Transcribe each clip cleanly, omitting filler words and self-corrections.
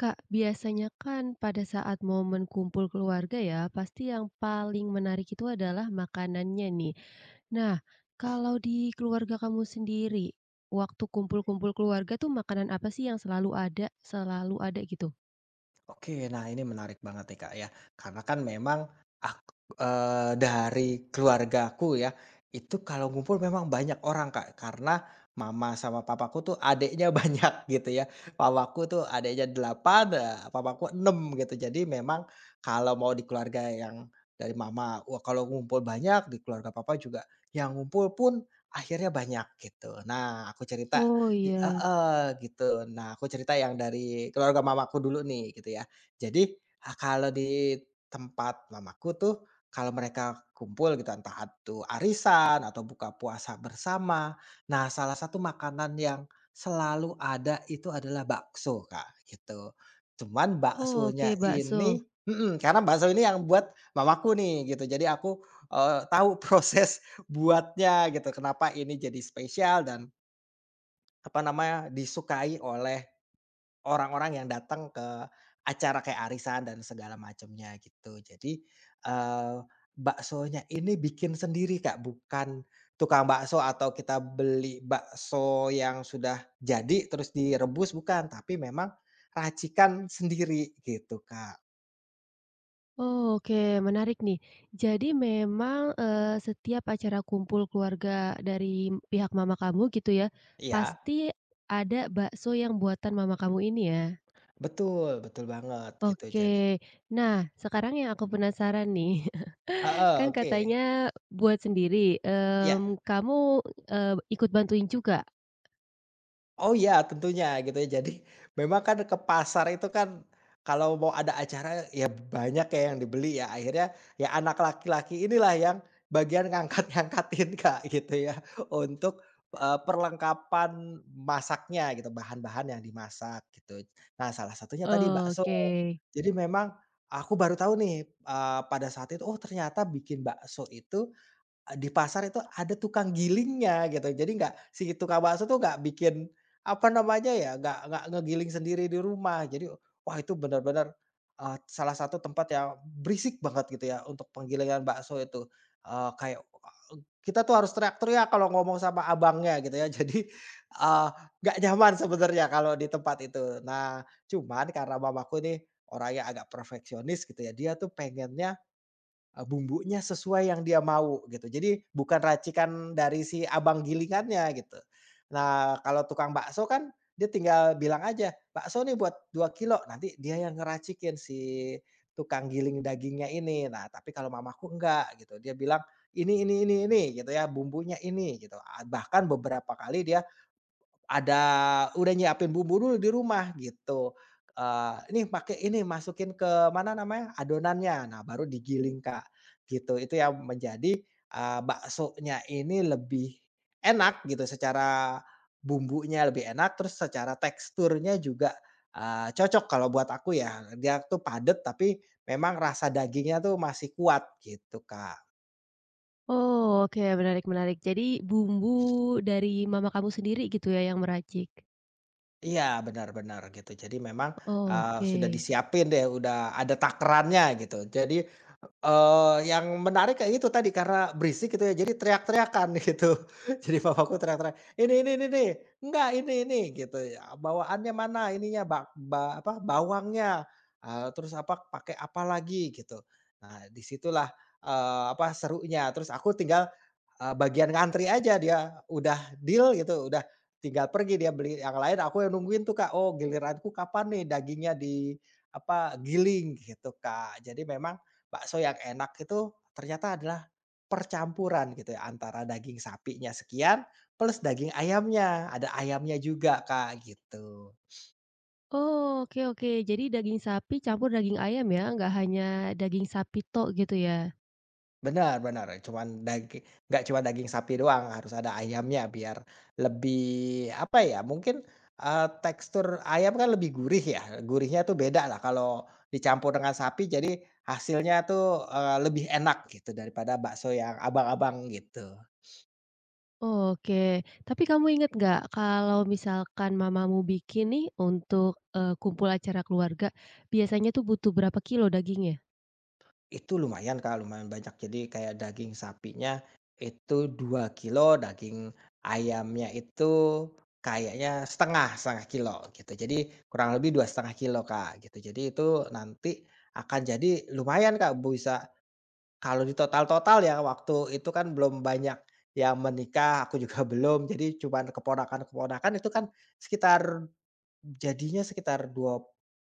Kak, biasanya kan pada saat momen kumpul keluarga ya, pasti yang paling menarik itu adalah makanannya nih. Nah, kalau di keluarga kamu sendiri, waktu kumpul-kumpul keluarga tuh makanan apa sih yang selalu ada gitu? Oke, nah ini menarik banget nih Kak ya, karena kan memang ak dari keluargaku ya, itu kalau ngumpul memang banyak orang Kak, karena mama sama papaku tuh adiknya banyak gitu ya. Mamaku tuh adiknya 8, papaku 6 gitu. Jadi memang kalau mau di keluarga yang dari mama, wah kalau ngumpul banyak, di keluarga papa juga yang ngumpul pun akhirnya banyak gitu. Nah, aku cerita Oh I iya, heeh, gitu. Nah, aku cerita yang dari keluarga mamaku dulu nih, gitu ya. Jadi, kalau di tempat mamaku tuh, kalau mereka kumpul gitu, entah itu arisan atau buka puasa bersama. Nah, salah satu makanan yang selalu ada itu adalah bakso, Kak, gitu. Cuman oh, baksonya oke, bakso. ini karena bakso ini yang buat mamaku nih, gitu. Jadi aku, tahu proses buatnya gitu, kenapa ini jadi spesial dan apa namanya, disukai oleh orang-orang yang datang ke acara kayak arisan dan segala macamnya gitu. Jadi, eee, baksonya ini bikin sendiri, Kak, bukan tukang bakso atau kita beli bakso yang sudah jadi terus direbus, bukan. Tapi memang racikan sendiri gitu, Kak. Oh, oke, menarik nih. Jadi memang eh, setiap acara kumpul keluarga dari pihak mama kamu gitu ya, Iya, pasti ada bakso yang buatan mama kamu ini ya. betul betul banget gitu. Jadi, Oke. Nah, sekarang yang aku penasaran nih, heeh, kan oke. katanya buat sendiri, Ya, kamu, ikut bantuin juga? oh iya, tentunya gitu ya. Jadi memang kan ke pasar itu kan kalau mau ada acara ya banyak ya yang dibeli ya. Akhirnya ya anak laki-laki inilah yang bagian ngangkat-ngangkatin, Kak, gitu ya untuk, perlengkapan masaknya gitu, bahan-bahan yang dimasak gitu. Nah, salah satunya tadi bakso. Oke. Jadi memang aku baru tahu nih, pada saat itu, oh ternyata bikin bakso itu di pasar itu ada tukang gilingnya gitu. Jadi nggak si tukang bakso tuh nggak bikin, apa namanya ya, nggak ngegiling sendiri di rumah. Jadi, wah itu benar-benar salah satu tempat yang berisik banget gitu ya untuk penggilingan bakso itu. Kayak, eee, kita tuh harus teriak-teriak ya kalau ngomong sama abangnya gitu ya. Jadi, eee, nggak nyaman sebenarnya kalau di tempat itu. Nah, cuman karena mamaku ini orangnya agak perfeksionis gitu ya, dia tuh pengennya bumbunya sesuai yang dia mau gitu. Jadi bukan racikan dari si abang gilingannya gitu. Nah, kalau tukang bakso kan dia tinggal bilang aja, "Bakso nih buat 2 kilo nanti dia yang ngeracikin si tukang giling dagingnya ini." Nah, tapi kalau mamaku enggak gitu, dia bilang, ini," gitu ya, "bumbunya ini," gitu. Bahkan beberapa kali dia ada udah nyiapin bumbu dulu di rumah gitu, "Nih pakai ini, masukin ke mana namanya, adonannya." Nah, baru digiling, Kak, gitu. Itu yang menjadi, baksonya ini lebih enak gitu, secara bumbunya lebih enak, terus secara teksturnya juga, cocok kalau buat aku ya. Dia tuh padat, tapi memang rasa dagingnya tuh masih kuat gitu, Kak. Oh, oke, menarik menarik. Jadi bumbu dari mama kamu sendiri gitu ya yang meracik? Iya, benar benar gitu. Jadi memang, mhm, Oke. sudah disiapin deh, udah ada takerannya gitu. Jadi, eh, yang menarik kayak itu tadi karena berisik gitu ya, jadi teriak-teriakan gitu. Jadi papaku teriak-teriak, ini nih, enggak ini ini," gitu ya, "bawaannya mana ininya bak ba apa, bawangnya, terus apa, pakai apa lagi," gitu. Nah, disitulah situlah, apa, serunya. Terus aku tinggal, bagian ngantri aja dia udah deal gitu, udah tinggal pergi dia beli yang lain, aku yang nungguin tuh, Kak. Oh giliranku kapan nih dagingnya di apa, giling gitu, Kak. Jadi memang bakso yang enak itu ternyata adalah percampuran gitu ya antara daging sapinya sekian plus daging ayamnya, ada ayamnya juga, Kak, gitu. Oh, oke oke. Jadi daging sapi campur daging ayam ya, nggak hanya daging sapi tok gitu ya? Benar-benar cuman daging, nggak cuma daging sapi doang, harus ada ayamnya biar lebih, apa ya, mungkin, tekstur ayam kan lebih gurih ya, gurihnya tuh beda lah kalau dicampur dengan sapi jadi hasilnya tuh, lebih enak gitu daripada bakso yang abang-abang gitu. Oke, tapi kamu inget nggak kalau misalkan mamamu bikin nih untuk, kumpul acara keluarga, biasanya tuh butuh berapa kilo dagingnya? Itu lumayan, Kak, lumayan banyak. Jadi kayak daging sapinya itu 2 kilo, daging ayamnya itu kayaknya setengah kilo gitu. Jadi kurang lebih 2,5 kilo Kak, gitu. Jadi itu nanti akan jadi lumayan, Kak, bisa kalau di total total ya waktu itu kan belum banyak yang menikah, aku juga belum. Jadi cuman keponakan-keponakan itu kan sekitar sekitar dua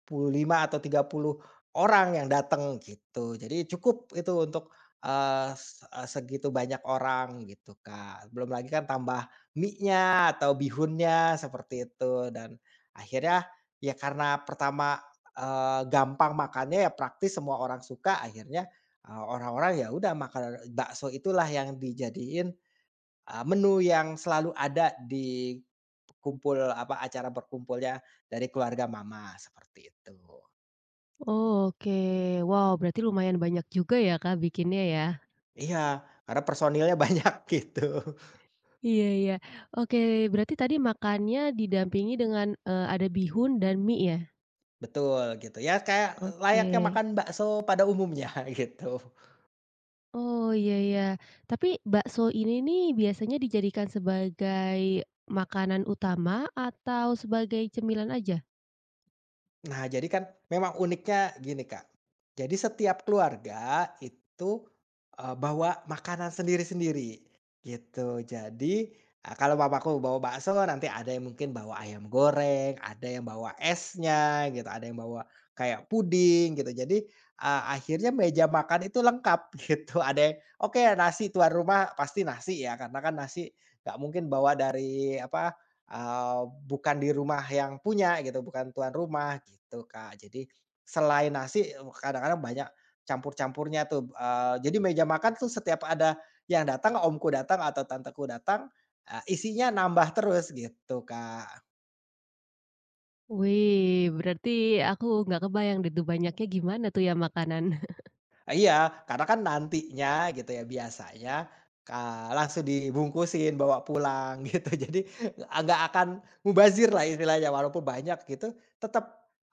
puluh lima atau 30 orang yang datang gitu. Jadi cukup itu untuk, segitu banyak orang gitu, Kak. Belum lagi kan tambah mie nya atau bihunnya seperti itu dan akhirnya ya karena pertama, gampang makannya ya praktis semua orang suka akhirnya, orang-orang ya udah makan bakso itulah yang dijadiin, menu yang selalu ada di kumpul, apa, acara berkumpulnya dari keluarga mama, seperti itu. Oke, wow berarti lumayan banyak juga ya Kak bikinnya ya? Iya, karena personilnya banyak, gitu. Iya iya. Oke, berarti tadi makannya didampingi dengan, ada bihun dan mie ya? Betul, gitu. Ya kayak Oke. layaknya makan bakso pada umumnya, gitu. Oh iya iya. Tapi bakso ini nih biasanya dijadikan sebagai makanan utama atau sebagai cemilan aja? Nah, jadi kan memang uniknya gini, Kak. Jadi setiap keluarga itu, bawa makanan sendiri-sendiri, gitu. Jadi, kalau papaku bawa bakso, nanti ada yang mungkin bawa ayam goreng, ada yang bawa esnya gitu, ada yang bawa kayak puding gitu. Jadi, akhirnya meja makan itu lengkap gitu. Ada yang oke, nasi tuan rumah pasti nasi ya, karena kan nasi nggak mungkin bawa dari apa, bukan di rumah yang punya gitu, bukan tuan rumah gitu, Kak. Jadi selain nasi, kadang-kadang banyak campur-campurnya tuh, jadi meja makan tuh setiap ada yang datang, omku datang atau tanteku datang, isinya nambah terus gitu, Kak. Wih, berarti aku nggak kebayang deh tuh banyaknya gimana tuh ya makanan. Ah, iya, karena kan nantinya gitu ya, biasanya, langsung dibungkusin, bawa pulang gitu. Jadi, nggak akan mubazir lah istilahnya, walaupun banyak gitu, tetap,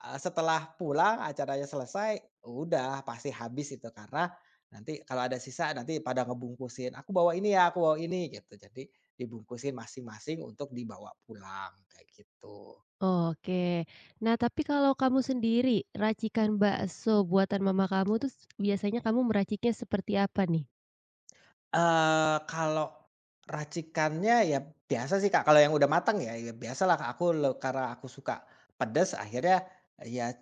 setelah pulang acaranya selesai, udah pasti habis itu. Karena nanti kalau ada sisa, nanti pada ngebungkusin, "Aku bawa ini ya, aku bawa ini," gitu. Jadi, dibungkusin masing-masing untuk dibawa pulang, kayak gitu. Oke. Nah, tapi kalau kamu sendiri, racikan bakso buatan mama kamu tuh biasanya kamu meraciknya seperti apa nih? Kalau racikannya ya biasa sih, Kak, kalau yang udah matang ya biasalah, Kak, aku karena aku suka pedes akhirnya ya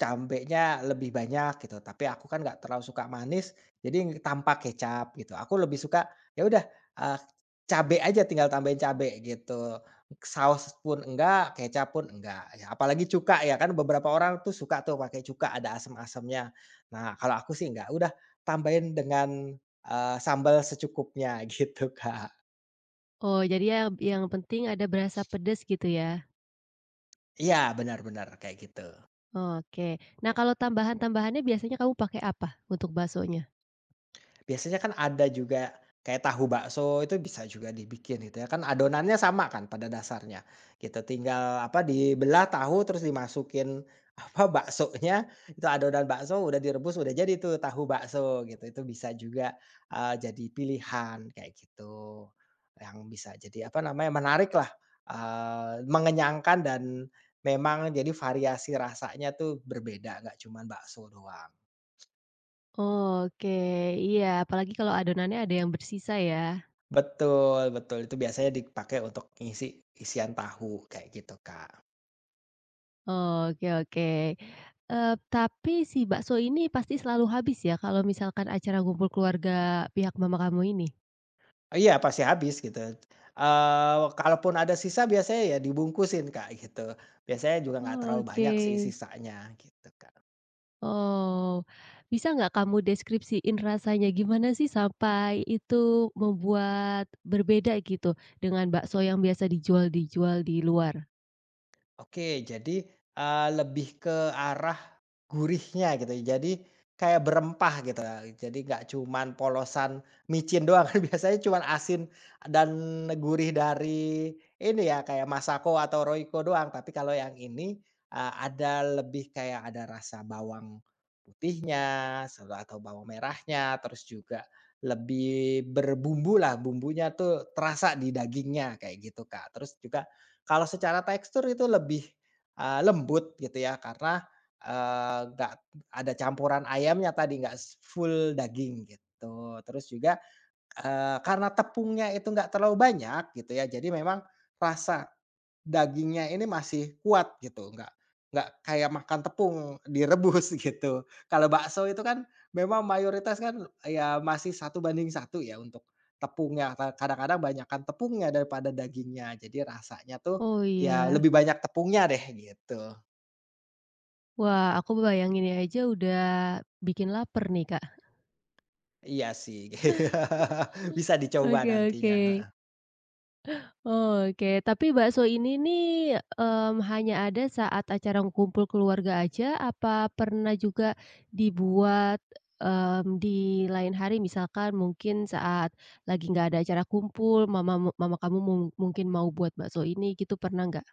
cambenya lebih banyak gitu, tapi aku kan nggak terlalu suka manis, jadi tanpa kecap gitu. Aku lebih suka ya udah, eee, cabe aja tinggal tambahin cabe gitu, saus pun enggak, kecap pun enggak, ya apalagi cuka ya kan beberapa orang tuh suka tuh pakai cuka ada asem-asemnya. Nah, kalau aku sih enggak, udah tambahin dengan sambal secukupnya gitu, Kak. Oh, jadi ya yang penting ada berasa pedas gitu ya. Iya, benar benar, kayak gitu. Oke. Nah, kalau tambahan-tambahannya biasanya kamu pakai apa untuk baksonya? Biasanya kan ada juga kayak tahu bakso itu bisa juga dibikin gitu ya kan adonannya sama kan pada dasarnya gitu tinggal apa dibelah tahu terus dimasukin apa baksonya itu adonan bakso udah direbus udah jadi tuh tahu bakso gitu itu bisa juga jadi pilihan kayak gitu yang bisa jadi apa namanya menarik lah, mengenyangkan dan memang jadi variasi rasanya tuh berbeda nggak cuman bakso doang. Oke, iya. Apalagi kalau adonannya ada yang bersisa ya. Betul betul, itu biasanya dipakai untuk ngisi isian tahu, kayak gitu, Kak. Oke oke. Tapi si bakso ini pasti selalu habis ya kalau misalkan acara kumpul keluarga pihak mama kamu ini? Oh iya, pasti habis gitu. Kalaupun ada sisa biasanya ya dibungkusin, Kak, gitu. Biasanya juga nggak terlalu Oke. banyak sih sisanya gitu, Kak. Oh, bisa nggak kamu deskripsiin rasanya gimana sih sampai itu membuat berbeda gitu dengan bakso yang biasa dijual-dijual di luar? Oke, jadi, lebih ke arah gurihnya gitu ya, jadi kayak berempah gitu, jadi nggak cuman polosan micin doang kan biasanya cuman asin dan gurih dari ini ya, kayak Masako atau Royco doang, tapi kalau yang ini, ada lebih kayak ada rasa bawang putihnya, atau bawang merahnya, terus juga lebih berbumbu lah bumbunya tuh terasa di dagingnya kayak gitu, Kak. Terus juga kalau secara tekstur itu lebih, lembut gitu ya, karena nggak ada campuran ayamnya tadi, nggak full daging gitu. Terus juga, karena tepungnya itu nggak terlalu banyak gitu ya, jadi memang rasa dagingnya ini masih kuat gitu, nggak kayak makan tepung direbus gitu. Kalau bakso itu kan memang mayoritas kan ya masih satu banding satu ya untuk tepungnya, kadang-kadang banyakkan tepungnya daripada dagingnya, jadi rasanya tuh Oh ya iya. lebih banyak tepungnya deh gitu. Wah, aku bayangin aja udah bikin lapar nih, Kak. Iya sih, bisa dicoba Oke oke. nantinya, heeh. Oke, tapi bakso ini nih, hanya ada saat acara kumpul keluarga aja, apa pernah juga dibuat, di lain hari? Misalkan mungkin saat lagi nggak ada acara kumpul, mama mama kamu mungkin mau buat bakso ini gitu, pernah nggak?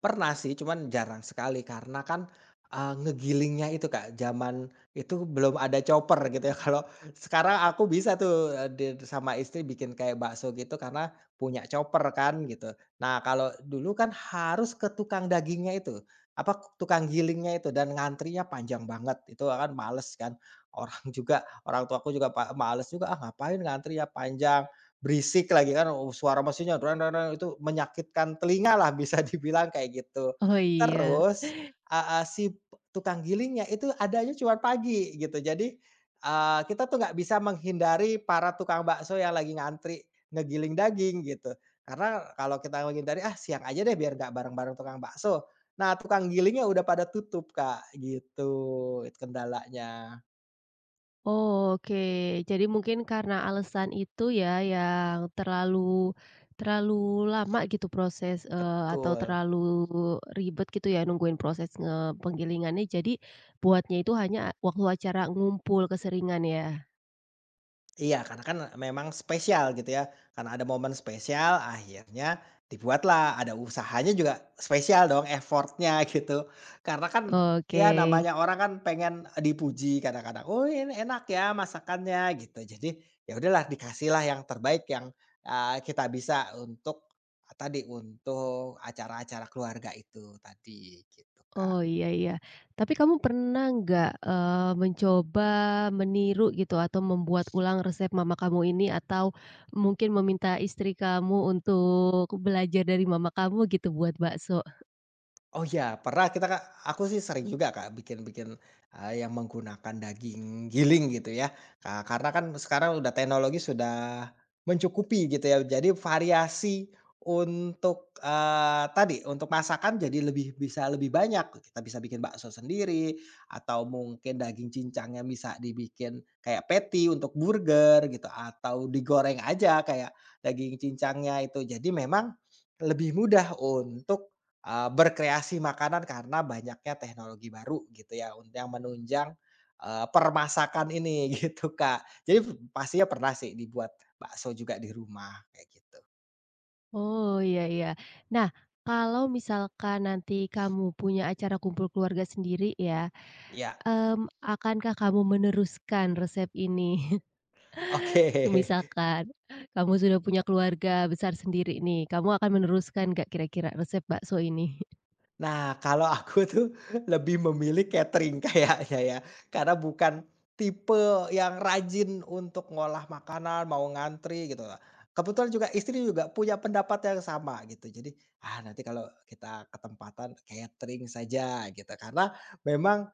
Pernah sih, cuman jarang sekali karena kan, ngegilingnya itu Kak, zaman itu belum ada chopper gitu ya. Kalau sekarang aku bisa tuh, eee, did sama istri bikin kayak bakso gitu karena punya chopper kan gitu. Nah, kalau dulu kan harus ke tukang dagingnya itu, apa, tukang gilingnya itu dan ngantrinya panjang banget, itu kan males kan. Orang juga orang tuaku juga males juga, "Ah, ngapain ngantri ya panjang." Berisik lagi kan, oh, suara mesinnya drang, drang, drang, itu menyakitkan telinga lah bisa dibilang kayak gitu. Oh, iya. Terus, heeh, si tukang gilingnya itu adanya cuma pagi gitu. Jadi, kita tuh nggak bisa menghindari para tukang bakso yang lagi ngantri ngegiling daging gitu. Karena kalau kita menghindari, "Ah, siang aja deh biar nggak bareng-bareng tukang bakso." Nah, tukang gilingnya udah pada tutup, Kak, gitu. Itu kendalanya. Oh, oke, jadi mungkin karena alasan itu ya yang terlalu terlalu lama gitu proses, atau Betul. terlalu ribet gitu ya nungguin proses penggilingannya, jadi buatnya itu hanya waktu acara ngumpul keseringan ya? Iya, karena kan memang spesial gitu ya, karena ada momen spesial akhirnya dibuatlah, ada usahanya juga spesial dong effortnya gitu. Karena kan Oke. ya namanya orang kan pengen dipuji kadang-kadang, "Oh ini enak ya masakannya," gitu. Jadi ya udahlah dikasihlah yang terbaik yang, kita bisa untuk, tadi, untuk acara-acara keluarga itu tadi, gitu Oh, Kak. iya iya. Tapi kamu pernah nggak, mencoba meniru gitu atau membuat ulang resep mama kamu ini atau mungkin meminta istri kamu untuk belajar dari mama kamu gitu buat bakso? Oh ya pernah kita Kak, aku sih sering juga Kak bikin-bikin, yang menggunakan daging giling gitu ya, karena kan sekarang udah teknologi sudah mencukupi gitu ya. Jadi variasi untuk, tadi, untuk masakan jadi lebih bisa lebih banyak. Kita bisa bikin bakso sendiri atau mungkin daging cincang yang bisa dibikin kayak patty untuk burger gitu, atau digoreng aja kayak daging cincangnya itu. Jadi memang lebih mudah untuk berkreasi makanan karena banyaknya teknologi baru gitu ya, yang menunjang, permasakan ini gitu, Kak. Jadi pastinya pernah sih dibuat bakso juga di rumah kayak gitu. Oh, iya iya. Nah, kalau misalkan nanti kamu punya acara kumpul keluarga sendiri ya, Ya, akankah kamu meneruskan resep ini? oke. Misalkan kamu sudah punya keluarga besar sendiri nih, kamu akan meneruskan nggak kira-kira resep bakso ini? Nah, kalau aku tuh lebih memilih catering kayaknya ya, karena bukan tipe yang rajin untuk ngolah makanan, mau ngantri gitu. Kebetulan juga istri juga punya pendapat yang sama gitu. Jadi, ah nanti kalau kita ketempatan catering saja gitu. Karena memang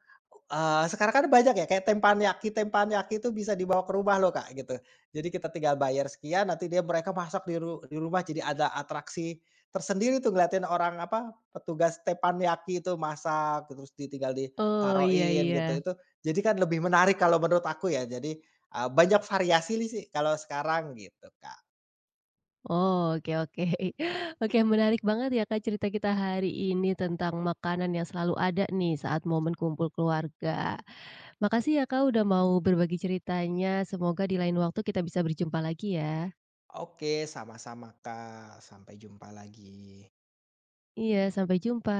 sekarang kan banyak ya kayak teppanyaki teppanyaki itu bisa dibawa ke rumah loh Kak, gitu. Jadi kita tinggal bayar sekian nanti dia mereka masak di rumah jadi ada atraksi tersendiri tuh ngeliatin orang apa, petugas teppanyaki itu masak, terus ditinggal Oh, iya ditaruhin gitu, iya. itu jadi kan lebih menarik kalau menurut aku ya. Jadi, banyak variasi sih kalau sekarang gitu, Kak. Oh, oke oke. Oke, menarik banget ya, Kak, cerita kita hari ini tentang makanan yang selalu ada nih saat momen kumpul keluarga. Makasih ya, Kak, udah mau berbagi ceritanya, semoga di lain waktu kita bisa berjumpa lagi ya. Oke, sama-sama, Kak. Sampai jumpa lagi. Iya, sampai jumpa.